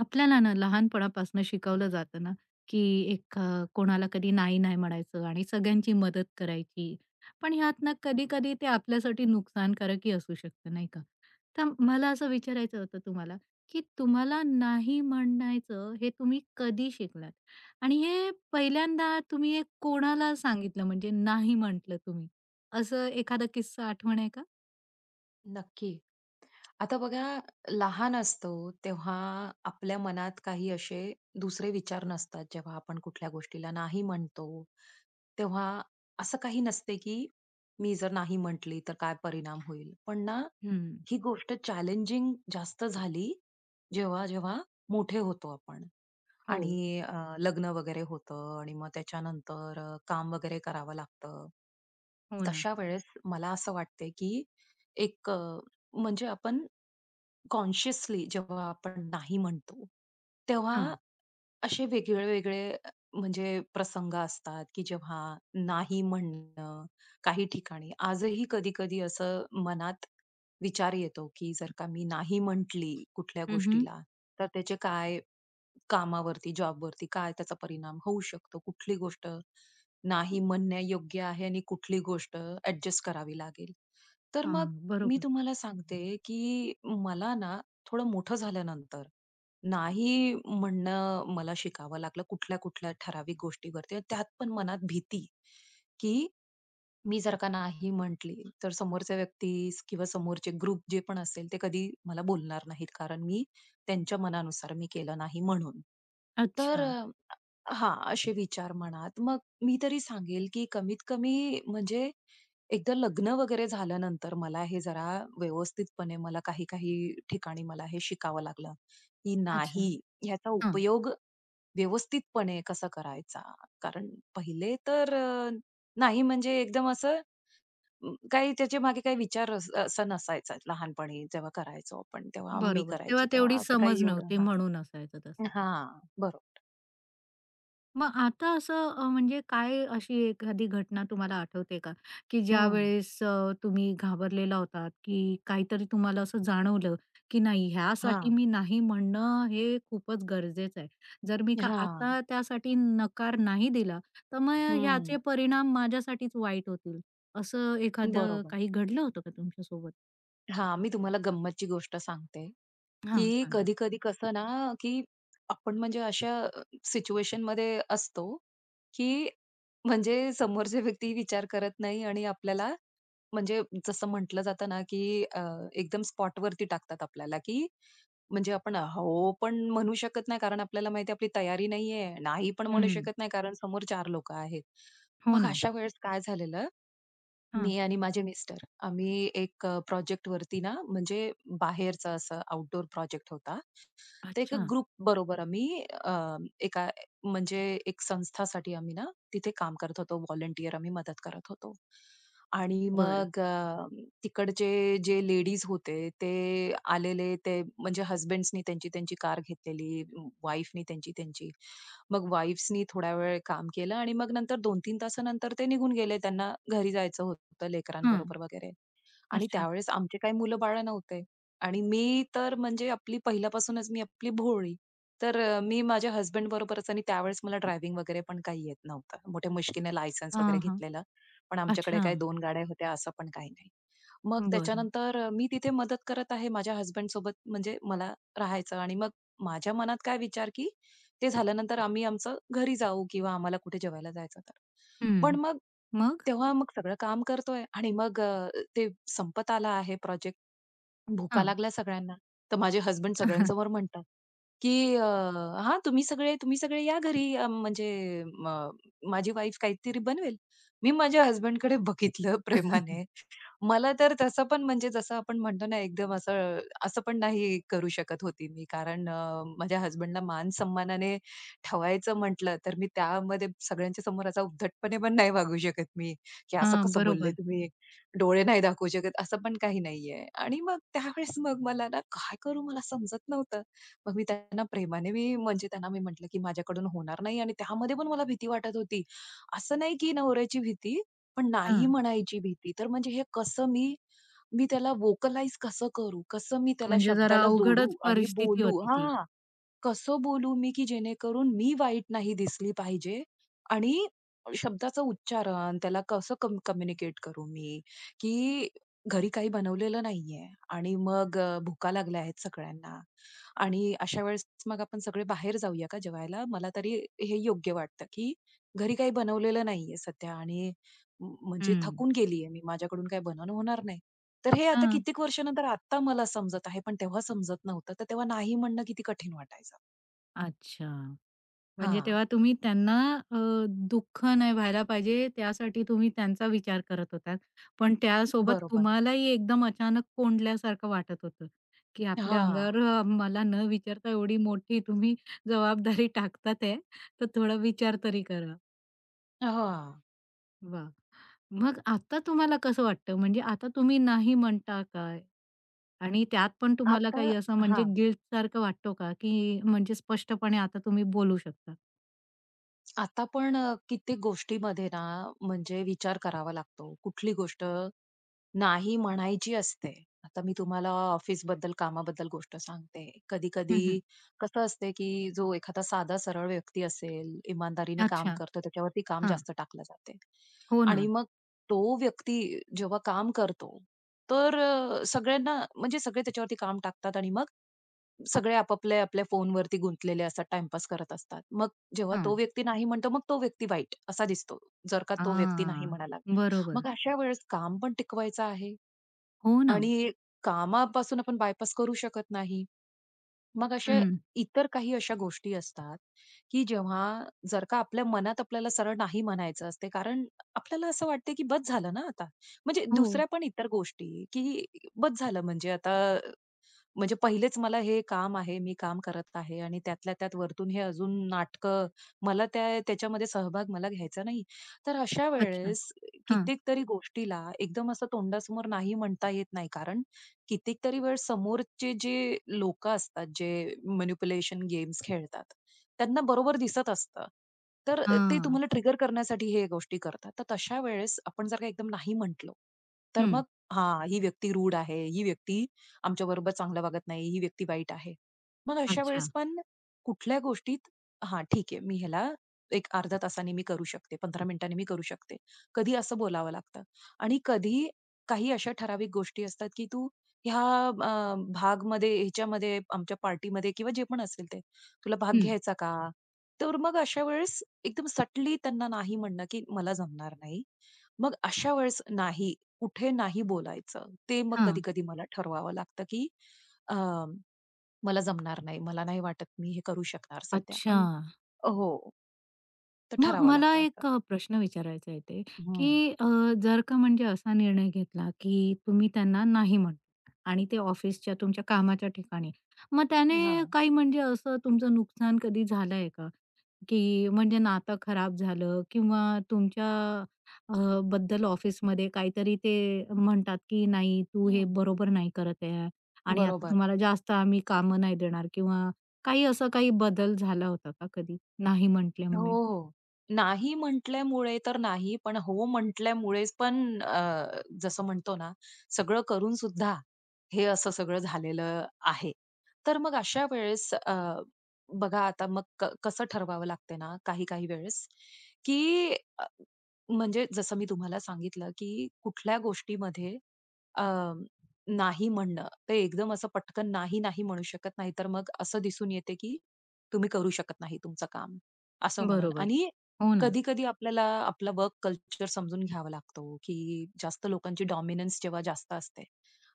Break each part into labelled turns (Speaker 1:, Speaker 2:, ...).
Speaker 1: आपल्याला ना लहानपणापासून शिकवलं जातं ना, की कोणाला कधी नाही नाही म्हणायचं आणि सगळ्यांची मदत करायची. पण ह्यात ना कधी-कधी ते आपल्यासाठी नुकसानकारकही असू शकतं, नाही का? तर मला असं विचारायचं होतं तुम्हाला, की तुम्हाला नाही म्हणायचं हे तुम्ही कधी शिकलात? आणि हे पहिल्यांदा तुम्ही हे कोणाला सांगितलं म्हणजे नाही म्हटलं तुम्ही? असं एखादा किस्सा आठवण आहे का?
Speaker 2: नक्की. आता बघा लहान असतो तेव्हा आपल्या मनात काही असे दुसरे विचार नसतात. जेव्हा आपण कुठल्या गोष्टीला नाही म्हणतो, तेव्हा असं काही नसते, की मी जर नाही म्हटली तर काय परिणाम होईल. पण ना
Speaker 1: हं.
Speaker 2: ही गोष्ट चॅलेंजिंग जास्त झाली, जेव्हा-जेव्हा मोठे होतो आपण.
Speaker 1: हो.
Speaker 2: आणि लग्न वगैरे होतं आणि मग त्याच्यानंतर काम वगैरे करावं लागतं.
Speaker 1: हो ना.
Speaker 2: तशा वेळेस मला असं वाटते, की एक म्हणजे आपण कॉन्शियसली जेव्हा आपण नाही म्हणतो, तेव्हा
Speaker 1: हां.
Speaker 2: असे वेगळे-वेगळे म्हणजे प्रसंग असतात, की जेव्हा नाही म्हणणं काही ठिकाणी आजही कधी-कधी असं मनात विचार येतो, की जर का मी नाही म्हटली कुठल्या
Speaker 1: हं, हं.
Speaker 2: गोष्टीला, तर त्याचे काय कामावरती, जॉबवरती काय त्याचा परिणाम होऊ शकतो. कुठली गोष्ट नाही म्हणण्यायोग्य आहे आणि कुठली गोष्ट ॲडजस्ट करावी लागेल. तर मग मी
Speaker 1: बरोबर.
Speaker 2: तुम्हाला सांगते, की मला ना थोडं मोठं झाल्यानंतर नाही म्हणणं मला शिकावं लागलं कुठल्या-कुठल्या ठराविक गोष्टीवरती. आणि त्यात पण मनात भीती, की मी जर का नाही म्हटली, तर समोरच्या व्यक्तीस किंवा समोरचे ग्रुप जे पण असेल, ते कधी मला बोलणार नाहीत. कारण मी त्यांच्या मनानुसार मी केलं नाही म्हणून. तर
Speaker 1: अच्छा.
Speaker 2: हां, असे विचार मनात. मग मी तरी सांगेल, की कमीत कमी म्हणजे एकदा लग्न वगैरे झाल्यानंतर मला हे जरा व्यवस्थितपणे मला काही-काही ठिकाणी मला हे शिकावं लागलं, की
Speaker 1: अच्छा.
Speaker 2: नाही ह्याचा
Speaker 1: हां,
Speaker 2: उपयोग व्यवस्थितपणे कसा करायचा. कारण पहिले तर नाही म्हणजे एकदम असं काही त्याच्या मागे काही विचार असा नसायचा लहानपणी जेव्हा करायचो आपण तेव्हा मी
Speaker 1: बरोबर. तेव्हा
Speaker 2: करायची
Speaker 1: तेवढी
Speaker 2: तेव्हा असं काही
Speaker 1: समज
Speaker 2: एवढं
Speaker 1: नव्हती
Speaker 2: हा.
Speaker 1: म्हणून असायचं तसं.
Speaker 2: हा, बरोबर.
Speaker 1: मग आता म्हणजे काय अशी एखादी घटना तुम्हाला आठवते का? की
Speaker 2: हम्म.
Speaker 1: ज्यावेळेस तुम्ही घाबरलेला होतात, की काहीतरी तुम्हाला असं जाणवलं, की नाही
Speaker 2: हा.
Speaker 1: ह्यासाठी मी नाही म्हणणं हे खूपच गरजेचं आहे. जर मी का
Speaker 2: हा.
Speaker 1: आता त्यासाठी नकार नाही दिला, तर मग
Speaker 2: हम्म.
Speaker 1: ह्याचे परिणाम माझ्यासाठीच वाईट होतील. असं एखादं
Speaker 2: बरोबर.
Speaker 1: काही घडलं होतं का तुमच्यासोबत?
Speaker 2: हा, मी तुम्हाला गंमतची गोष्ट सांगते,
Speaker 1: हां,
Speaker 2: की
Speaker 1: सांगा.
Speaker 2: कधी-कधी कसं ना, की आपण म्हणजे अशा सिच्युएशनमध्ये असतो, की म्हणजे समोरची व्यक्ती विचार करत नाही आणि आपल्याला म्हणजे जसं म्हटलं जातं ना, की एकदम स्पॉटवरती टाकतात आपल्याला, की म्हणजे आपण हो पण म्हणू शकत नाही, कारण आपल्याला माहिती आहे आपली तयारी नाहीये. नाही पण म्हणू
Speaker 1: हं.
Speaker 2: शकत नाही, कारण समोर 4 लोकं आहेत.
Speaker 1: हो
Speaker 2: मग
Speaker 1: ना.
Speaker 2: अशा वेळेस काय झालेलं,
Speaker 1: हां.
Speaker 2: मी आणि माझे मिस्टर आम्ही एक प्रोजेक्टवरती ना, म्हणजे बाहेरचा असा आउटडोर प्रोजेक्ट होता. तर एका
Speaker 1: अच्छा.
Speaker 2: ग्रुप बरोबर आम्ही एका म्हणजे एक संस्थासाठी आम्ही ना तिथे काम करत होतो. व्हॉलंटियर आम्ही मदत करत होतो. आणि
Speaker 1: बरं.
Speaker 2: मग तिकडचे जे लेडीज होते ते आलेले ते म्हणजे हसबँड्सनी त्यांची-त्यांची कार घेतलेली, वाईफनी त्यांची-त्यांची. मग वाईफ्सनी थोडा वेळ काम केलं आणि मग नंतर 2-3 तासानंतर ते निघून गेले. त्यांना घरी जायचं होतं
Speaker 1: हां.
Speaker 2: लेकरांबरोबर वगैरे. आणि
Speaker 1: अच्छा.
Speaker 2: त्यावेळेस आमचे काही मुलं-बाळं नव्हते. आणि मी तर म्हणजे आपली पहिल्यापासूनच मी आपली भोळी. तर मी माझ्या हसबंड बरोबरच आणि त्यावेळेस मला ड्रायव्हिंग वगैरे पण काही येत नव्हतं. मोठ्या मुश्किलीने लायसन्स
Speaker 1: हां,
Speaker 2: वगैरे
Speaker 1: हां.
Speaker 2: घेतलेलं. पण आमच्याकडे
Speaker 1: अच्छा.
Speaker 2: काही 2 गाड्या होत्या असं पण काही नाही. मग
Speaker 1: बरं.
Speaker 2: त्याच्यानंतर मी तिथे मदत करत आहे माझ्या हसबंडसोबत म्हणजे मला राहायचं आणि मग माझ्या मनात काय विचार, की ते झाल्यानंतर आम्ही आमचं घरी जाऊ किंवा आम्हाला कुठे जेवायला जायचं तर.
Speaker 1: हं.
Speaker 2: पण मग
Speaker 1: मग?
Speaker 2: तेव्हा मग सगळं काम करतोय आणि मग ते संपत आला आहे प्रोजेक्ट, भुका
Speaker 1: हां.
Speaker 2: लागल्या सगळ्यांना. तर माझे हसबंड सगळ्यांसमोर म्हणतात, की अ, "हां, तुम्ही सगळे या घरी म्हणजे म माझी वाईफ काहीतरी बनवेल." मी माझ्या हसबँडकडे बघितलं प्रेमाने. मला तर तसं पण म्हणजे जसं आपण म्हणतो ना एकदम असं असं पण नाही करू शकत होती मी. कारण माझ्या हसबँडला मान-सन्मानाने ठेवायचं म्हटलं, तर मी त्यामध्ये सगळ्यांच्या समोर असा उद्धटपणे पण नाही वागू शकत मी, की "असं
Speaker 1: हां,
Speaker 2: कसं बोलले
Speaker 1: बरोबर.
Speaker 2: तुम्ही?" डोळे नाही दाखवू शकत, असं पण काही नाहीये. आणि मग त्यावेळेस मग मला ना काय करू मला समजत नव्हतं. मग मी त्यांना प्रेमाने मी म्हणजे त्यांना मी म्हटलं, की माझ्याकडून होणार नाही आणि त्यामध्ये पण मला भीती वाटत होती. असं नाही की नवऱ्याची भीती, पण नाही
Speaker 1: हां.
Speaker 2: म्हणायची भीती. तर म्हणजे हे कसं मी, मी त्याला व्होकलाइज कसं करू? कसं मी त्याला
Speaker 1: म्हणजे जरा
Speaker 2: शब्दाला जोडू
Speaker 1: अवघडच
Speaker 2: आणि
Speaker 1: परिस्थिती
Speaker 2: बोलू?
Speaker 1: होती ती.
Speaker 2: हां. कसं बोलू मी, की जेणेकरून मी वाईट नाही दिसली पाहिजे आणि शब्दाचं उच्चारण, त्याला कसं कम्युनिकेट करू मी, की घरी काही बनवलेलं नाहीये आणि मग भुका लागल्या आहेत सगळ्यांना आणि अशा वेळेस मग आपण सगळे बाहेर जाऊया का जेवायला? मला तरी हे योग्य वाटतं, की घरी काही बनवलेलं नाहीये सध्या आणि म्हणजे
Speaker 1: हं.
Speaker 2: थकून गेलीये मी, माझ्याकडून काही बनवणं होणार नाही. तर हे आता
Speaker 1: हां.
Speaker 2: कित्येक वर्षानंतर आत्ता मला समजत आहे, पण तेव्हा समजत नव्हतं. तर तेव्हा नाही म्हणणं किती कठीण वाटायचं.
Speaker 1: अच्छा. म्हणजे
Speaker 2: हां,
Speaker 1: तेव्हा तुम्ही त्यांना अ, दुःख नाही व्हायला पाहिजे त्यासाठी तुम्ही त्यांचा विचार करत होतात. पण त्यासोबत
Speaker 2: बरोबर.
Speaker 1: तुम्हालाही एकदम अचानक कोंडल्यासारखं वाटत होतं, की आपल्या
Speaker 2: हां,
Speaker 1: अंगावर मला न विचारता एवढी मोठी तुम्ही जबाबदारी टाकतात आहे, तर थोडा विचार तरी करा.
Speaker 2: हां.
Speaker 1: वाह! मग आता तुम्हाला कसं वाटतं? म्हणजे आता तुम्ही नाही म्हणता काय? आणि त्यात पण तुम्हाला
Speaker 2: आता.
Speaker 1: काही असं म्हणजे
Speaker 2: हां,
Speaker 1: गिल्टसारखं वाटतो का? की म्हणजे स्पष्टपणे आता तुम्ही बोलू शकता?
Speaker 2: आता पण कित्येक गोष्टीमध्ये ना, म्हणजे विचार करावा लागतो. कुठली गोष्ट नाही म्हणायची असते. आता मी तुम्हाला ऑफिसबद्दल, कामाबद्दल गोष्ट सांगते.
Speaker 1: हं,
Speaker 2: कधी-कधी
Speaker 1: हं.
Speaker 2: कसं असते, की जो एखादा साधा सरळ व्यक्ती असेल, इमानदारीने काम
Speaker 1: अच्छा.
Speaker 2: करतो, त्याच्यावरती काम
Speaker 1: हां.
Speaker 2: जास्त टाकलं जाते.
Speaker 1: हो ना.
Speaker 2: आणि मग तो व्यक्ती जेव्हा काम करतो, तर सगळ्यांना म्हणजे सगळे त्याच्यावरती काम टाकतात आणि मग सगळे आपल्या फोनवरती गुंतलेले असतात, टाईमपास करत असतात. मग जेव्हा
Speaker 1: हां.
Speaker 2: तो व्यक्ती नाही म्हणतो, मग तो व्यक्ती वाईट असा दिसतो, जर का तो व्यक्ती नाही
Speaker 1: हां.
Speaker 2: म्हणाला.
Speaker 1: बरोबर.
Speaker 2: मग अशा वेळेस काम पण टिकवायचं आहे
Speaker 1: हो ना.
Speaker 2: आणि कामापासून आपण बायपास करू शकत नाही. मग अशा
Speaker 1: हं.
Speaker 2: इतर काही अशा गोष्टी असतात, की जेव्हा जर का आपल्या मनात आपल्याला सरळ नाही म्हणायचं असते, कारण आपल्याला असं वाटते, की बस झालं ना आता. म्हणजे
Speaker 1: हो.
Speaker 2: दुसऱ्या पण इतर गोष्टी, की बस झालं म्हणजे आता म्हणजे पहिलेच मला हे काम आहे, मी काम करत आहे आणि त्यातल्या त्यात वरतून हे अजून नाटकं, मला त्याच्यामध्ये सहभाग मला घ्यायचा नाही. तर अशा
Speaker 1: अच्छा.
Speaker 2: वेळेस
Speaker 1: हां.
Speaker 2: कित्येक तरी गोष्टीला एकदम असं तोंडासमोर नाही म्हणता येत नाही. कारण कित्येकतरी वेळ समोरचे जे लोकं असतात, जे मॅनिप्युलेशन गेम्स खेळतात, त्यांना बरोबर दिसत असतं. तर ते
Speaker 1: हां.
Speaker 2: तुम्हाला ट्रिगर करण्यासाठी हे गोष्टी करतात. तर तशा वेळेस आपण जर का एकदम नाही म्हटलो, तर
Speaker 1: हं.
Speaker 2: मग हां, ही व्यक्ती रूड आहे, ही व्यक्ती आमच्याबरोबर चांगलं वागत नाही, ही व्यक्ती वाईट आहे. मग अशा वेळेस
Speaker 1: अच्छा.
Speaker 2: पण कुठल्या गोष्टीत हां, ठीक आहे, मी ह्याला एक अर्ध्या तासाने मी करू शकते, 15 मिनिटांनी मी करू शकते. कधी असं बोलावं लागतं आणि कधी काही अशा ठराविक गोष्टी असतात, की तू ह्या भागमध्ये, ह्याच्यामध्ये, आमच्या पार्टीमध्ये किंवा जे पण असेल ते, तुला भाग
Speaker 1: हं.
Speaker 2: घ्यायचा का? तर मग अशा वेळेस एकदम सटली त्यांना नाही म्हणणं, की मला जमणार नाही. मग अशा वेळेस नाही कुठे नाही बोलायचं. ते मग
Speaker 1: हां.
Speaker 2: कधी-कधी मला ठरवावं लागतं, की अ, मला जमणार नाही. मला नाही वाटत मी हे करू शकणार सध्या.
Speaker 1: अच्छा.
Speaker 2: पण हो. तर
Speaker 1: मग
Speaker 2: ठरावं
Speaker 1: मला
Speaker 2: लागतं असं.
Speaker 1: एक प्रश्न विचारायचा आहे ते,
Speaker 2: हं.
Speaker 1: की जर का म्हणजे असा निर्णय घेतला, की तुम्ही त्यांना नाही म्हटलं आणि ते ऑफिसच्या तुमच्या कामाच्या ठिकाणी. मग त्याने
Speaker 2: हां.
Speaker 1: काही म्हणजे असं तुमचं नुकसान कधी झालंय का? की म्हणजे नातं खराब झालं किंवा तुमच्या अ, बद्दल ऑफिसमध्ये काहीतरी ते म्हणतात, की "नाही, तू हे
Speaker 2: हं.
Speaker 1: बरोबर नाही करत आहे आणि आता
Speaker 2: बरोबर.
Speaker 1: तुम्हाला जास्त आम्ही कामं नाही देणार" किंवा काही असं काही बदल झाला होता का कधी नाही
Speaker 2: हो,
Speaker 1: म्हटल्यामुळे?
Speaker 2: हो. नाही म्हटल्यामुळे तर नाही, पण हो म्हटल्यामुळेच पण जसं म्हणतो ना, सगळं करून सुद्धा हे असं सगळं झालेलं आहे. तर मग अशा वेळेस बघा आता मग कसं ठरवावं लागते ना, काही-काही वेळेस, की अ, म्हणजे जसं मी तुम्हाला सांगितलं, की कुठल्या गोष्टीमध्ये अ, नाही म्हणणं, ते एकदम असं पटकन नाही, नाही म्हणू शकत, नाहीतर मग असं दिसून येते, की तुम्ही करू शकत नाही तुमचं काम. असं म्हणून.
Speaker 1: बरोबर.
Speaker 2: आणि
Speaker 1: हो ना.
Speaker 2: कधी-कधी आपल्याला आपला वर्क कल्चर समजून घ्यावा लागतो, की जास्त लोकांची डॉमिनन्स जेव्हा जास्त असते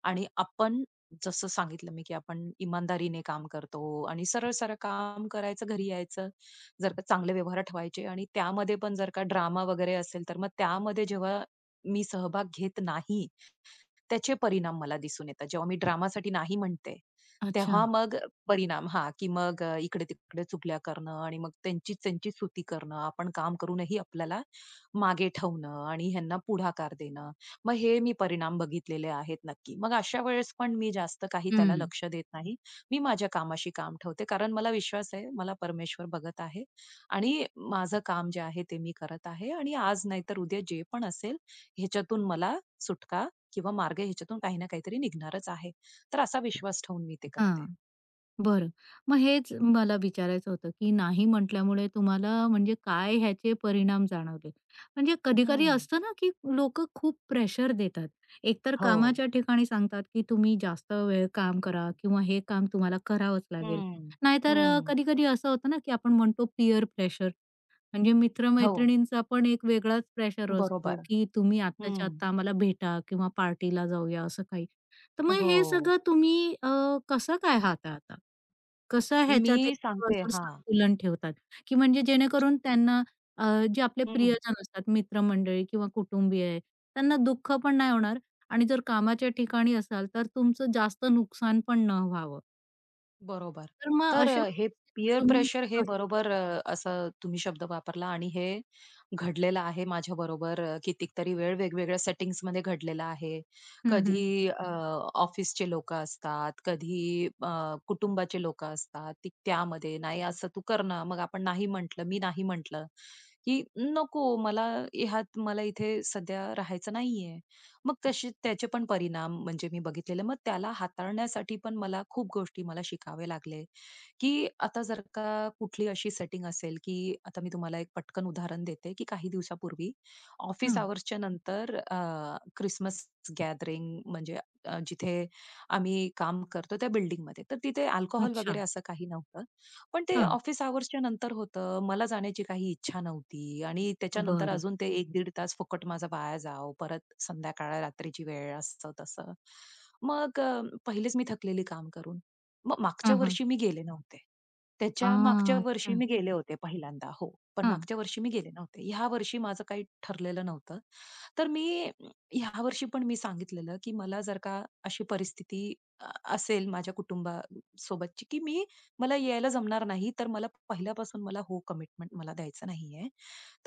Speaker 2: आणि आपण जसं सांगितलं मी, की आपण इमानदारीने काम करतो आणि सरळ-सरळ काम करायचं, घरी यायचं. जर का चांगले व्यवहार ठेवायचे आणि त्यामध्ये पण जर का ड्रामा वगैरे असेल, तर मग त्यामध्ये जेव्हा मी सहभाग घेत नाही, त्याचे परिणाम मला दिसून येतात. जेव्हा मी ड्रामासाठी नाही म्हणते,
Speaker 1: अच्छा.
Speaker 2: तेव्हा मग परिणाम. हा, की मग इकडे-तिकडे चुगल्या करणं आणि मग त्यांचीच त्यांची स्तुती करणं. आपण काम करूनही आपल्याला मागे ठेवणं आणि ह्यांना पुढाकार देणं. मग हे मी परिणाम बघितलेले आहेत नक्की. मग अशा वेळेस पण मी जास्त काही त्याला
Speaker 1: हं.
Speaker 2: लक्ष देत नाही. मी माझ्या कामाशी काम ठेवते. कारण मला विश्वास आहे, मला परमेश्वर बघत आहे आणि माझं काम जे आहे ते मी करत आहे आणि आज नाहीतर उद्या जे पण असेल ह्याच्यातून मला सुटका किंवा मार्ग ह्याच्यातून काही ना काहीतरी निघणारच आहे. तर असा विश्वास ठेवून मी ते करते.
Speaker 1: हां. बरं. मग हेच मला विचारायचं होतं, की नाही म्हटल्यामुळे तुम्हाला म्हणजे काय ह्याचे परिणाम जाणवले? म्हणजे कधी-कधी
Speaker 2: हं.
Speaker 1: असतं ना, की लोक खूप प्रेशर देतात. एकतर
Speaker 2: हो.
Speaker 1: कामाच्या ठिकाणी सांगतात, की तुम्ही जास्त वेळ काम करा किंवा हे काम तुम्हाला करावंच लागेल.
Speaker 2: हं,
Speaker 1: नाहीतर
Speaker 2: हं.
Speaker 1: कधी-कधी असं होतं ना, की आपण म्हणतो पीअर प्रेशर. म्हणजे
Speaker 2: हो,
Speaker 1: मित्र पण एक वेगळाच प्रेशर असतो,
Speaker 2: बरोबर.
Speaker 1: की तुम्ही आत्ताच्या
Speaker 2: हं.
Speaker 1: आत्ता आम्हाला भेटा किंवा पार्टीला जाऊया असं काही. तर मग
Speaker 2: हो.
Speaker 1: हे सगळं तुम्ही कसं काय हाताळता? कसं ह्याच्यात
Speaker 2: मी
Speaker 1: एक
Speaker 2: सांगते
Speaker 1: असं
Speaker 2: हां.
Speaker 1: संतुलन ठेवतात? की म्हणजे जेणेकरून त्यांना अ, जे आपले प्रियजन असतात, मित्रमंडळी किंवा कुटुंबीय आहे, त्यांना दुःख पण नाही होणार आणि जर कामाच्या ठिकाणी असाल, तर तुमचं जास्त नुकसान पण न व्हावं.
Speaker 2: बरोबर.
Speaker 1: तर मग
Speaker 2: तर
Speaker 1: अशा
Speaker 2: हे
Speaker 1: परिस्थितीत
Speaker 2: पीअर
Speaker 1: तुम्ही
Speaker 2: प्रेशर हे
Speaker 1: कसं
Speaker 2: बरोबर असं तुम्ही शब्द वापरला आणि हे घडलेलं आहे माझ्याबरोबर बरोबर कितीतरी वेळ वेगवेगळ्या सेटिंग्जमध्ये घडलेलं आहे.
Speaker 1: हं, हं.
Speaker 2: कधी ऑफिसचे लोकं असतात, कधी कुटुंबाचे लोकं असतात, ती त्यामध्ये नाही असं तू कर ना. मग आपण नाही म्हटलं, मी नाही म्हटलं, की नको मला ह्यात मला इथे सध्या राहायचं नाहीये. मग तसे त्याचे पण परिणाम म्हणजे मी बघितलेले. मग त्याला हाताळण्यासाठी पण मला खूप गोष्टी मला शिकावे लागले, की आता जर का कुठली अशी सेटिंग असेल, की आता मी तुम्हाला एक पटकन उदाहरण देते, की काही दिवसापूर्वी ऑफिस
Speaker 1: हां.
Speaker 2: अवर्सच्या नंतर क्रिसमस गॅदरिंग म्हणजे जिथे आम्ही काम करतो त्या बिल्डिंगमध्ये. तर तिथे अल्कोहल वगैरे
Speaker 1: अच्छा.
Speaker 2: असं काही नव्हतं. पण ते
Speaker 1: हां.
Speaker 2: ऑफिस अवर्सच्या नंतर होतं. मला जाण्याची काही इच्छा नव्हती आणि त्याच्यानंतर
Speaker 1: बरं.
Speaker 2: अजून ते एक 15 तास फुकट माझा वाया जाओ. परत संध्याकाळ रात्रीची वेळ असं-तसं. मग पहिलेच मी थकलेली काम करून. मग मागच्या
Speaker 1: हां, हां.
Speaker 2: वर्षी मी गेले नव्हते.
Speaker 1: आ,
Speaker 2: त्याच्या मागच्या वर्षी
Speaker 1: अच्छा.
Speaker 2: मी गेले होते पहिल्यांदा. हो. पण
Speaker 1: हां.
Speaker 2: मागच्या वर्षी मी गेले नव्हते. ह्या वर्षी माझं काही ठरलेलं नव्हतं. तर मी ह्या वर्षी पण मी सांगितलेलं, की मला जर का अशी परिस्थिती अ, असेल माझ्या कुटुंबासोबतची, की मी मला यायला जमणार नाही, तर मला पहिल्यापासून मला हो कमिटमेंट मला द्यायचं नाहीये,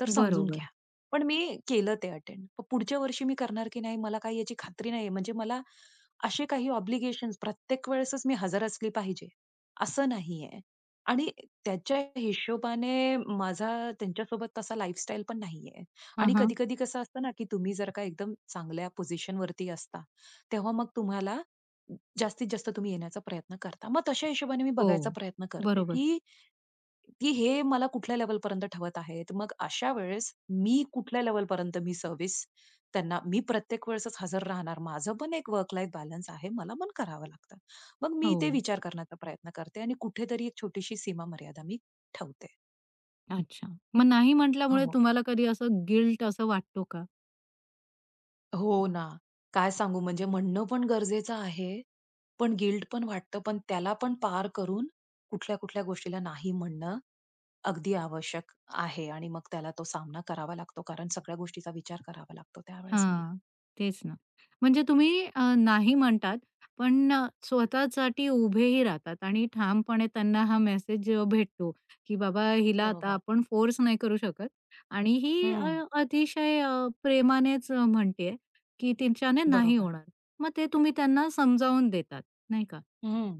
Speaker 2: तर समजून
Speaker 1: बरोबर.
Speaker 2: घ्या. पण मी केलं ते अटेंड. पण पुढच्या वर्षी मी करणार की नाही मला काही याची खात्री नाहीये. म्हणजे मला असे काही ऑब्लिगेशन्स प्रत्येक वेळेसच मी हजर असली पाहिजे, असं नाहीये. आणि त्याच्या हिशोबाने माझा त्यांच्यासोबत तसा लाईफस्टाईल पण नाहीये.
Speaker 1: हां,
Speaker 2: आणि
Speaker 1: हां.
Speaker 2: कधी-कधी कसं असतं ना, की तुम्ही जर का एकदम चांगल्या पोझिशनवरती असता, तेव्हा मग तुम्हाला जास्तीत जास्त तुम्ही येण्याचा प्रयत्न करता. मग तशा हिशोबाने मी
Speaker 1: हो.
Speaker 2: बघायचा प्रयत्न करते,
Speaker 1: बरोबर.
Speaker 2: की की हे मला कुठल्या लेव्हलपर्यंत ठेवत आहेत. मग अशा वेळेस मी कुठल्या लेव्हलपर्यंत मी सर्व्हिस त्यांना मी प्रत्येक वेळेसच हजर राहणार. माझं पण एक वर्क लाईफ बॅलन्स आहे. मला पण करावं लागतं. मग मी ते
Speaker 1: हो.
Speaker 2: विचार करण्याचा प्रयत्न करते आणि कुठेतरी एक छोटीशी सीमा मर्यादा मी ठेवते.
Speaker 1: अच्छा. मग नाही म्हटल्यामुळे
Speaker 2: हो.
Speaker 1: तुम्हाला कधी असं गिल्ट असं वाटतो का?
Speaker 2: हो ना. काय सांगू म्हणजे म्हणणं पण गरजेचं आहे. पण गिल्ट पण वाटतं. पण त्याला पण पार करून कुठल्या-कुठल्या गोष्टीला नाही म्हणणं अगदी आवश्यक आहे आणि मग त्याला तो सामना करावा लागतो. कारण सगळ्या गोष्टीचा विचार करावा लागतो त्यावेळेस मला.
Speaker 1: हां, तेच ना. म्हणजे तुम्ही नाही म्हणतात, पण स्वतःसाठी उभेही राहतात आणि ठामपणे त्यांना हा मेसेज भेटतो, की बाबा हिला आता
Speaker 2: बरोबर.
Speaker 1: आपण फोर्स नाही करू शकत आणि ही
Speaker 2: हं.
Speaker 1: अ, अतिशय प्रेमानेच म्हणते आहे, की तिच्याने नाही
Speaker 2: बरोबर.
Speaker 1: होणार. मग ते तुम्ही त्यांना समजावून देतात, नाही का?
Speaker 2: हं.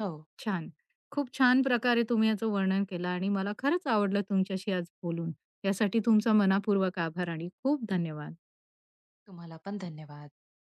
Speaker 2: हो.
Speaker 1: छान. खूप छान प्रकारे तुम्ही याचं वर्णन केलं आणि मला खरंच आवडलं तुमच्याशी आज बोलून. यासाठी तुमचा मनापूर्वक आभार आणि खूप धन्यवाद.
Speaker 2: तुम्हाला पण धन्यवाद.